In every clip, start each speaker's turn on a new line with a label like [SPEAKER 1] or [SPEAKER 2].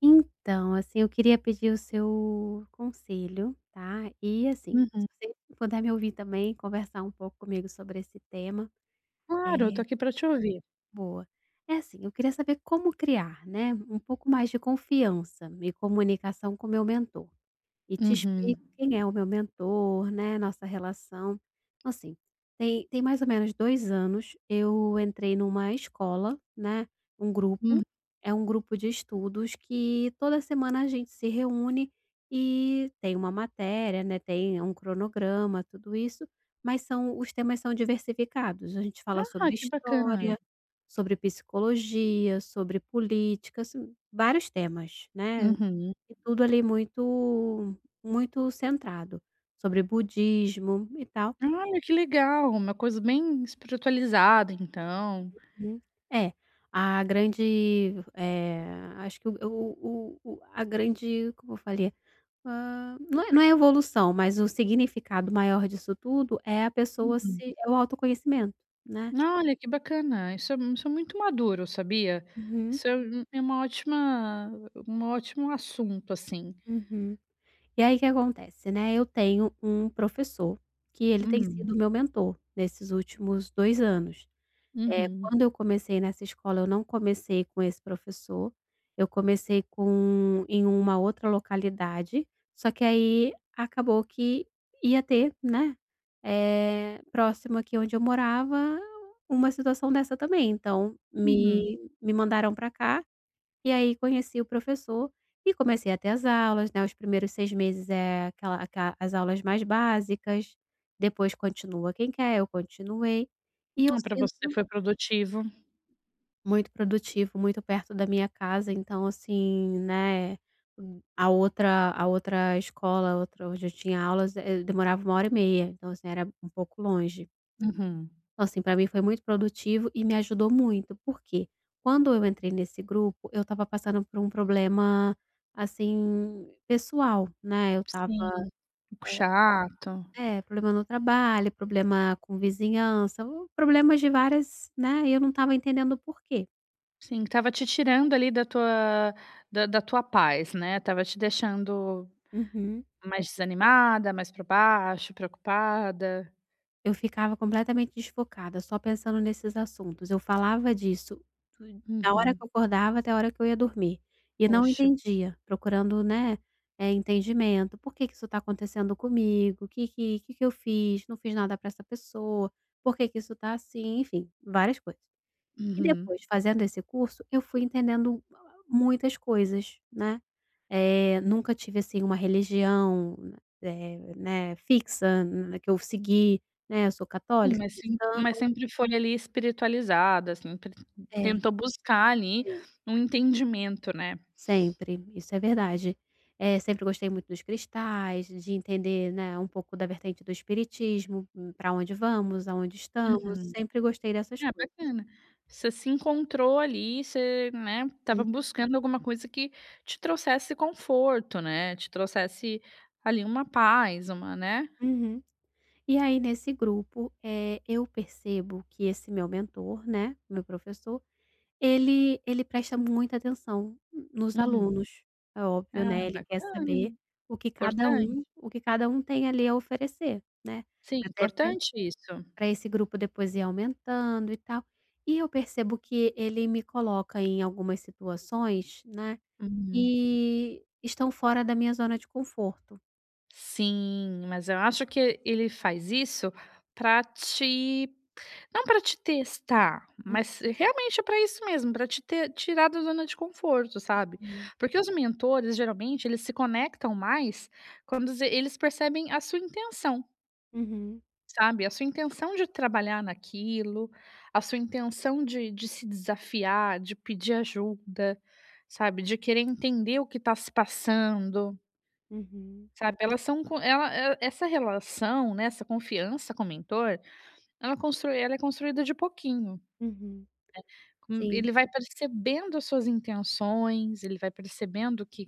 [SPEAKER 1] Então, assim, eu queria pedir o seu conselho, tá, e assim, se
[SPEAKER 2] Uhum.
[SPEAKER 1] você puder me ouvir também, conversar um pouco comigo sobre esse tema, é
[SPEAKER 2] Claro, eu tô aqui pra te ouvir.
[SPEAKER 1] boa. É assim, eu queria saber como criar, né, um pouco mais de confiança e comunicação com meu mentor. E te explico
[SPEAKER 2] Uhum.
[SPEAKER 1] quem é o meu mentor, né, nossa relação. Então, assim, tem mais ou menos 2 anos, eu entrei numa escola, né, um grupo,
[SPEAKER 2] Hum.
[SPEAKER 1] é um grupo de estudos que toda semana a gente se reúne e tem uma matéria, né, tem um cronograma, tudo isso, mas são os temas são diversificados, a gente fala
[SPEAKER 2] Ah,
[SPEAKER 1] sobre
[SPEAKER 2] que bacana.
[SPEAKER 1] história, sobre psicologia, sobre política, assim, vários temas, né.
[SPEAKER 2] Uhum.
[SPEAKER 1] E tudo ali muito muito centrado, sobre budismo e tal.
[SPEAKER 2] Olha, que legal, uma coisa bem espiritualizada então.
[SPEAKER 1] Uhum. É, a grande, acho que a grande, como eu falei, não é evolução, mas o significado maior disso tudo é a pessoa
[SPEAKER 2] Uhum.
[SPEAKER 1] se é o autoconhecimento, né.
[SPEAKER 2] Olha, que bacana, isso é muito maduro, sabia?
[SPEAKER 1] Uhum,
[SPEAKER 2] Isso é uma ótima um ótimo assunto, assim.
[SPEAKER 1] uhum. E aí o que acontece, né, eu tenho um professor que ele tem
[SPEAKER 2] Uhum.
[SPEAKER 1] sido meu mentor nesses últimos 2 anos. É,
[SPEAKER 2] Uhum.
[SPEAKER 1] quando eu comecei nessa escola, eu não comecei com esse professor, eu comecei com em uma outra localidade, só que aí acabou que ia ter, né, próximo aqui onde eu morava, uma situação dessa também. Então,
[SPEAKER 2] Uhum.
[SPEAKER 1] me mandaram para cá, e aí conheci o professor e comecei a ter as aulas, né, os primeiros 6 meses é aquela aca as aulas mais básicas, depois continua quem quer, eu continuei, e eu
[SPEAKER 2] Ah, você
[SPEAKER 1] sinto
[SPEAKER 2] foi produtivo.
[SPEAKER 1] muito produtivo, muito perto da minha casa, então assim, né, a outra escola, a outra onde eu tinha aulas, demorava uma hora e meia, então assim, era um pouco longe.
[SPEAKER 2] Uhum.
[SPEAKER 1] Então assim, para mim foi muito produtivo e me ajudou muito, porque quando eu entrei nesse grupo, eu estava passando por um problema, assim, pessoal, né, eu estava
[SPEAKER 2] Sim, um pouco chato.
[SPEAKER 1] é, problema no trabalho, problema com vizinhança, problemas de várias, né, e eu não estava entendendo o porquê.
[SPEAKER 2] Sim, estava te tirando ali da tua da tua paz, né. Tava te deixando
[SPEAKER 1] Uhum.
[SPEAKER 2] mais desanimada, mais para baixo, preocupada.
[SPEAKER 1] Eu ficava completamente desfocada, só pensando nesses assuntos. Eu falava disso do da hora que eu
[SPEAKER 2] Uhum.
[SPEAKER 1] acordava até a hora que eu ia dormir, e não
[SPEAKER 2] Poxa.
[SPEAKER 1] entendia, procurando, né, entendimento. "Por que que isso está acontecendo comigo? O que que eu fiz? Não fiz nada para essa pessoa. Por que que isso está assim?" Enfim, várias coisas. E
[SPEAKER 2] Uhum.
[SPEAKER 1] depois, fazendo esse curso, eu fui entendendo muitas coisas, né. Nunca tive, assim, uma religião, né, fixa, na que eu segui, né, eu sou
[SPEAKER 2] Sim,
[SPEAKER 1] católica,
[SPEAKER 2] mas
[SPEAKER 1] cristã, mas
[SPEAKER 2] sempre foi ali espiritualizada, sempre
[SPEAKER 1] é,
[SPEAKER 2] tentou buscar ali
[SPEAKER 1] é,
[SPEAKER 2] um entendimento, né.
[SPEAKER 1] sempre, isso é verdade. Sempre gostei muito dos cristais, de entender, né, um pouco da vertente do espiritismo, para onde vamos, aonde estamos,
[SPEAKER 2] Uhum.
[SPEAKER 1] sempre gostei dessas
[SPEAKER 2] Ah,
[SPEAKER 1] coisas.
[SPEAKER 2] bacana. Você se encontrou ali, você, né. Tava buscando alguma coisa que te trouxesse conforto, né, te trouxesse ali uma paz, uma, né.
[SPEAKER 1] Uhum. E aí nesse grupo, eu percebo que esse meu mentor, né, meu professor, ele presta muita atenção nos
[SPEAKER 2] Uhum.
[SPEAKER 1] alunos, é óbvio,
[SPEAKER 2] Ah,
[SPEAKER 1] né, ele quer
[SPEAKER 2] bacana,
[SPEAKER 1] saber
[SPEAKER 2] hein. Importante.
[SPEAKER 1] o que cada um tem ali a oferecer, né,
[SPEAKER 2] Sim,
[SPEAKER 1] até
[SPEAKER 2] importante isso.
[SPEAKER 1] para esse grupo depois ir aumentando e tal. E eu percebo que ele me coloca em algumas situações, né,
[SPEAKER 2] Uhum.
[SPEAKER 1] que estão fora da minha zona de conforto.
[SPEAKER 2] Sim, mas eu acho que ele faz isso para te não para te testar, mas realmente para isso mesmo, para te ter tirar da zona de conforto, sabe.
[SPEAKER 1] Uhum,
[SPEAKER 2] Porque os mentores, geralmente, eles se conectam mais quando eles percebem a sua intenção.
[SPEAKER 1] uhum,
[SPEAKER 2] Sabe, a sua intenção de trabalhar naquilo, a sua intenção de se desafiar, de pedir ajuda, sabe, de querer entender o que está se passando,
[SPEAKER 1] uhum,
[SPEAKER 2] sabe, elas são co ela e essa relação, né, essa confiança com o mentor, ela construi ela é construída de pouquinho.
[SPEAKER 1] uhum. Sim.
[SPEAKER 2] Ele vai percebendo as suas intenções, ele vai percebendo que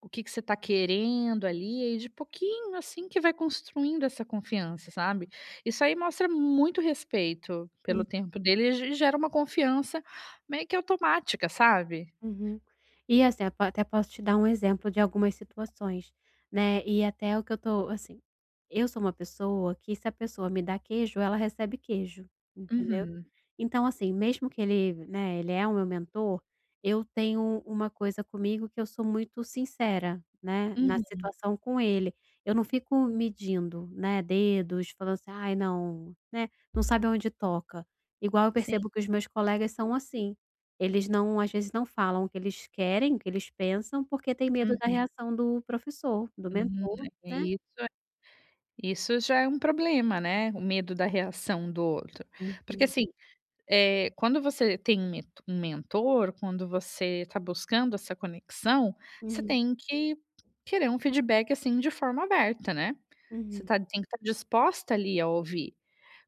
[SPEAKER 2] o que que você está querendo ali, e de pouquinho, assim, que vai construindo essa confiança, sabe. Isso aí mostra muito respeito
[SPEAKER 1] Hum,
[SPEAKER 2] pelo tempo dele e ge gera uma confiança meio que automática, sabe.
[SPEAKER 1] uhum. E assim, até posso te dar um exemplo de algumas situações, né, e até o que eu tô assim, eu sou uma pessoa que se a pessoa me dá queijo, ela recebe queijo, entendeu.
[SPEAKER 2] Uhum,
[SPEAKER 1] Então assim, mesmo que ele, né, ele é o meu mentor, eu tenho uma coisa comigo que eu sou muito sincera, né, na
[SPEAKER 2] uhum,
[SPEAKER 1] situação com ele. Eu não fico medindo, né, dedos, falando assim: "Ai não", né, não sabe onde toca. Igual eu
[SPEAKER 2] sim,
[SPEAKER 1] percebo que os meus colegas são assim. Eles às vezes não falam o que eles querem, o que eles pensam, porque tem medo da reação do professor, do
[SPEAKER 2] uhum,
[SPEAKER 1] mentor,
[SPEAKER 2] é
[SPEAKER 1] né.
[SPEAKER 2] isso. Isso já é um problema, né, o medo da reação do outro. Porque
[SPEAKER 1] Uhum,
[SPEAKER 2] assim quando você tem um mento um mentor, quando você está buscando essa conexão, você
[SPEAKER 1] uhum,
[SPEAKER 2] tem que querer um feedback, assim, de forma aberta, né. Você
[SPEAKER 1] uhum,
[SPEAKER 2] tá tem que estar disposta ali a ouvir.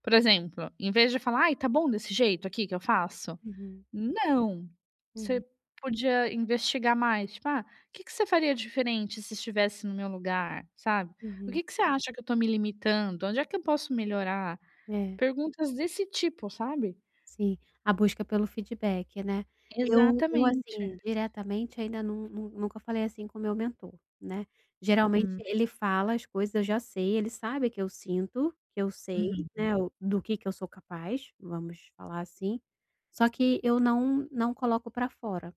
[SPEAKER 2] Por exemplo, em vez de falar: "Ai, tá bom desse jeito aqui que eu faço?"
[SPEAKER 1] uhum,
[SPEAKER 2] Não,
[SPEAKER 1] uhum,
[SPEAKER 2] você podia investigar mais, tipo: "Ah, o que que você faria diferente se estivesse no meu lugar?", sabe. "O
[SPEAKER 1] uhum.
[SPEAKER 2] que que você acha que eu tô me limitando? Onde é que eu posso melhorar?".
[SPEAKER 1] É,
[SPEAKER 2] Perguntas desse tipo, sabe.
[SPEAKER 1] sim, a busca pelo feedback, né. Eu
[SPEAKER 2] Exatamente.
[SPEAKER 1] assim, diretamente ainda não nunca falei assim com o meu mentor, né. Geralmente
[SPEAKER 2] Uhum,
[SPEAKER 1] ele fala as coisas, eu já sei, ele sabe que eu sinto, que eu sei,
[SPEAKER 2] uhum,
[SPEAKER 1] né, o do que eu sou capaz, vamos falar assim, só que eu não coloco para fora.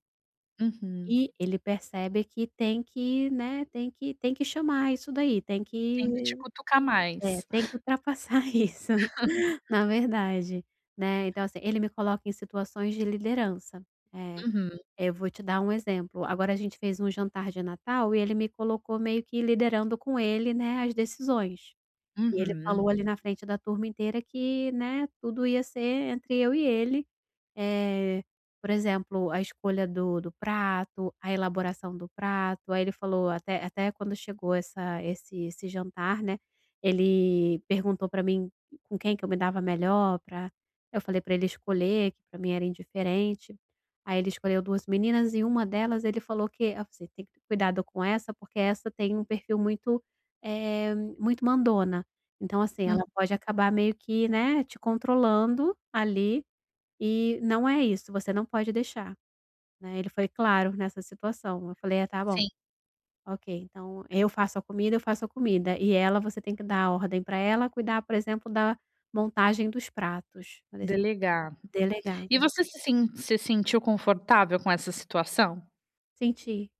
[SPEAKER 2] uhum.
[SPEAKER 1] E ele percebe que tem que, né, tem que chamar isso daí, tem
[SPEAKER 2] Tem que te
[SPEAKER 1] que
[SPEAKER 2] cutucar
[SPEAKER 1] é,
[SPEAKER 2] mais.
[SPEAKER 1] tem que ultrapassar isso, na verdade, né. Então, assim, ele me coloca em situações de liderança. Eh,
[SPEAKER 2] Uhum,
[SPEAKER 1] eu vou te dar um exemplo, agora a gente fez um jantar de Natal e ele me colocou meio que liderando com ele, né, as decisões. E ele falou
[SPEAKER 2] uhum,
[SPEAKER 1] ali na frente da turma inteira que, né, tudo ia ser entre eu e ele, eh, por exemplo, a escolha do prato, a elaboração do prato, aí ele falou até quando chegou essa esse esse jantar, né, ele perguntou pra mim com quem que eu me dava melhor pra eu falei pra ele escolher, que pra mim era indiferente. Aí ele escolheu 2 meninas e uma delas ele falou que: "Ah, você tem que ter cuidado com essa, porque essa tem um perfil muito, eh, muito mandona. Então, assim,
[SPEAKER 2] hum.
[SPEAKER 1] ela pode acabar meio que, né, te controlando ali". E não é isso, você não pode deixar, né, ele foi claro nessa situação. Eu falei: "Ah, tá bom,
[SPEAKER 2] Sim.
[SPEAKER 1] ok, então eu faço a comida, e ela você tem que dar a ordem para ela cuidar, por exemplo, da montagem dos pratos". Falei assim:
[SPEAKER 2] Delegar.
[SPEAKER 1] "Delegar".
[SPEAKER 2] E você se sentiu confortável com essa situação?
[SPEAKER 1] Senti,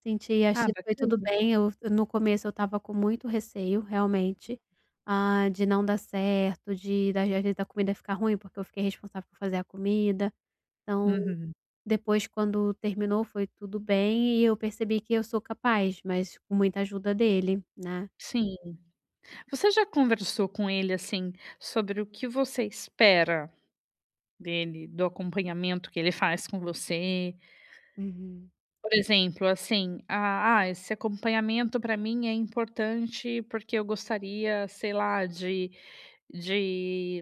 [SPEAKER 1] senti,
[SPEAKER 2] Ah,
[SPEAKER 1] achei que foi tudo
[SPEAKER 2] bacana.
[SPEAKER 1] bem, eu no começo eu estava com muito receio, realmente, ah, de não dar certo, de da às vezes da comida ficar ruim, porque eu fiquei responsável por fazer a comida, então
[SPEAKER 2] Uhum.
[SPEAKER 1] depois quando terminou foi tudo bem e eu percebi que eu sou capaz, mas com muita ajuda dele, né.
[SPEAKER 2] Sim. Você já conversou com ele, assim, sobre o que você espera dele, do acompanhamento que ele faz com você?
[SPEAKER 1] Uhum.
[SPEAKER 2] Por exemplo, assim: "Ah esse acompanhamento para mim é importante, porque eu gostaria, sei lá, de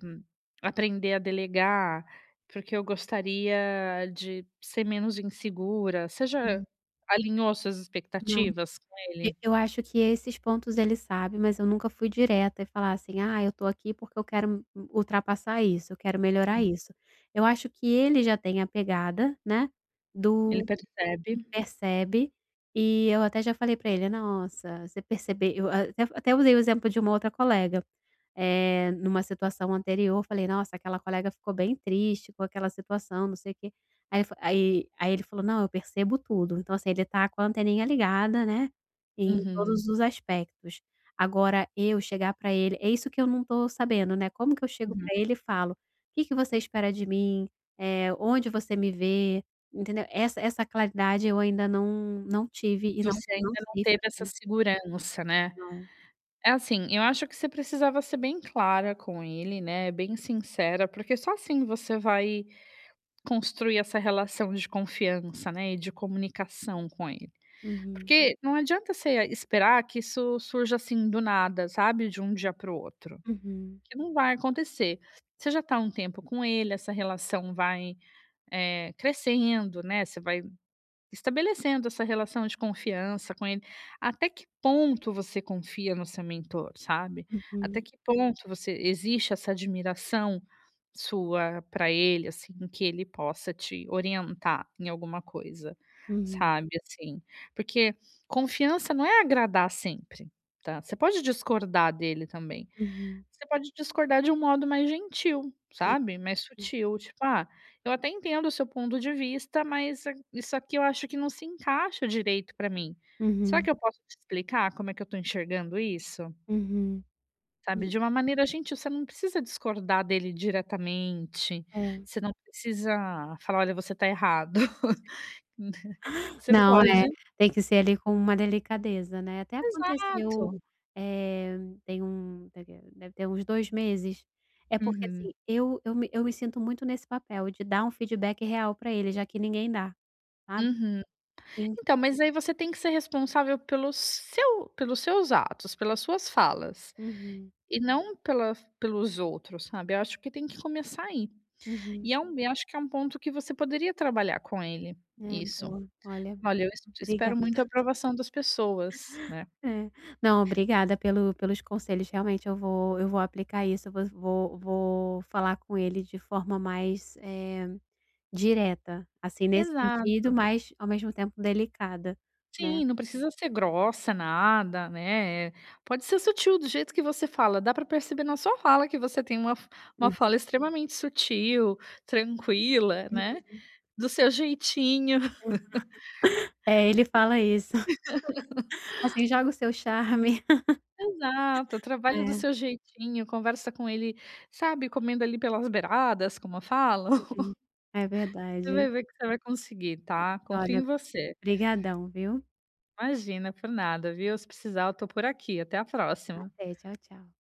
[SPEAKER 2] aprender a delegar, porque eu gostaria de ser menos insegura. Você
[SPEAKER 1] Hum,
[SPEAKER 2] já alinhou suas
[SPEAKER 1] não,
[SPEAKER 2] expectativas com
[SPEAKER 1] e
[SPEAKER 2] ele?
[SPEAKER 1] eu acho que esses pontos ele sabe, mas eu nunca fui direta e falar assim: "Ah, eu tô aqui porque eu quero ultrapassar isso, eu quero melhorar
[SPEAKER 2] Hum,
[SPEAKER 1] isso". Eu acho que ele já tem a pegada, né,
[SPEAKER 2] ele
[SPEAKER 1] do
[SPEAKER 2] percebe.
[SPEAKER 1] ele percebe, e eu até já falei pra ele: "Nossa, você percebeu", eu até usei o exemplo de uma outra colega, numa situação anterior, eu falei: "Nossa, aquela colega ficou bem triste com aquela situação, não sei o quê". Aí ele falou: "Não, eu percebo tudo". Então, assim, ele tá com a anteninha ligada, né, em
[SPEAKER 2] Uhum,
[SPEAKER 1] todos os aspectos. Agora eu chegar pra ele é isso que eu não tô sabendo, né, como que eu chego
[SPEAKER 2] uhum.
[SPEAKER 1] pra ele e falo: "O "Que que você espera de mim? Onde você me vê?" Entendeu? Essa essa claridade eu ainda não não tive e
[SPEAKER 2] Você
[SPEAKER 1] não
[SPEAKER 2] ainda não
[SPEAKER 1] sei
[SPEAKER 2] teve
[SPEAKER 1] fazer.
[SPEAKER 2] essa segurança, né.
[SPEAKER 1] Não.
[SPEAKER 2] É assim, eu acho que você precisava ser bem clara com ele, né, bem sincera, porque só assim você vai construir essa relação de confiança, né, e de comunicação com ele.
[SPEAKER 1] Uhum,
[SPEAKER 2] Porque não adianta você esperar que isso surja assim do nada, sabe, de um dia para o outro,
[SPEAKER 1] uhum,
[SPEAKER 2] que não vai acontecer. Você já está há um tempo com ele, essa relação vai, crescendo, né, você vai estabelecendo essa relação de confiança com ele. Até que ponto você confia no seu mentor, sabe? Até
[SPEAKER 1] uhum,
[SPEAKER 2] que ponto você existe essa admiração sua para ele, assim, que ele possa te orientar em alguma coisa,
[SPEAKER 1] uhum,
[SPEAKER 2] sabe, assim. Porque confiança não é agradar sempre, tá. Você pode discordar dele também,
[SPEAKER 1] uhum,
[SPEAKER 2] você pode discordar de um modo mais gentil, sabe, mais sutil, tipo: "Ah, eu até entendo o seu ponto de vista, mas a isso aqui eu acho que não se encaixa direito para mim. Será
[SPEAKER 1] uhum,
[SPEAKER 2] que eu posso te explicar como é que eu tô enxergando isso?"
[SPEAKER 1] uhum,
[SPEAKER 2] Sabe,
[SPEAKER 1] hum.
[SPEAKER 2] de uma maneira gentil, você não precisa discordar dele diretamente,
[SPEAKER 1] É.
[SPEAKER 2] você não precisa falar: "Olha, você está errado", né. Você
[SPEAKER 1] Não,
[SPEAKER 2] pode
[SPEAKER 1] é, tem que ser ali com uma delicadeza, né. Até aconteceu,
[SPEAKER 2] exato.
[SPEAKER 1] eh, tem um deve ter uns 2 meses. É porque, assim,
[SPEAKER 2] Uhum,
[SPEAKER 1] eu me sinto muito nesse papel de dar um feedback real pra ele, já que ninguém dá, sabe.
[SPEAKER 2] uhum.
[SPEAKER 1] Sim.
[SPEAKER 2] Então, mas aí você tem que ser responsável pelo seu pelos seus atos, pelas suas falas,
[SPEAKER 1] Uhum,
[SPEAKER 2] e não pela pelos outros, sabe. Eu acho que tem que começar aí.
[SPEAKER 1] uhum.
[SPEAKER 2] E é um e acho que é um ponto que você poderia trabalhar com ele,
[SPEAKER 1] É,
[SPEAKER 2] isso.
[SPEAKER 1] boa. Olha,
[SPEAKER 2] "Olha, eu es espero
[SPEAKER 1] obrigada.
[SPEAKER 2] muito a aprovação das pessoas", né.
[SPEAKER 1] É. Não, obrigada pelos conselhos, realmente eu vou, eu vou aplicar isso, eu vou vou vou falar com ele de forma mais, direta, assim, nesse sentido,
[SPEAKER 2] Exato.
[SPEAKER 1] mas ao mesmo tempo delicada, né.
[SPEAKER 2] Sim, não precisa ser grossa, nada, né, é, pode ser sutil do jeito que você fala, dá para perceber na sua fala que você tem uma f uma
[SPEAKER 1] Uhum.
[SPEAKER 2] fala extremamente sutil, tranquila, né, do seu jeitinho.
[SPEAKER 1] É, ele fala isso. Assim, joga o seu charme.
[SPEAKER 2] Exato, trabalha do
[SPEAKER 1] É,
[SPEAKER 2] seu jeitinho, conversa com ele, sabe, comendo ali pelas beiradas, como eu falo.
[SPEAKER 1] uhum. É
[SPEAKER 2] Você
[SPEAKER 1] verdade.
[SPEAKER 2] vai ver que você vai conseguir, tá, confio
[SPEAKER 1] Olha,
[SPEAKER 2] em você.
[SPEAKER 1] brigadão, viu.
[SPEAKER 2] Imagina, por nada, viu, se precisar eu tô por aqui, até a próxima.
[SPEAKER 1] Até, tchau, tchau.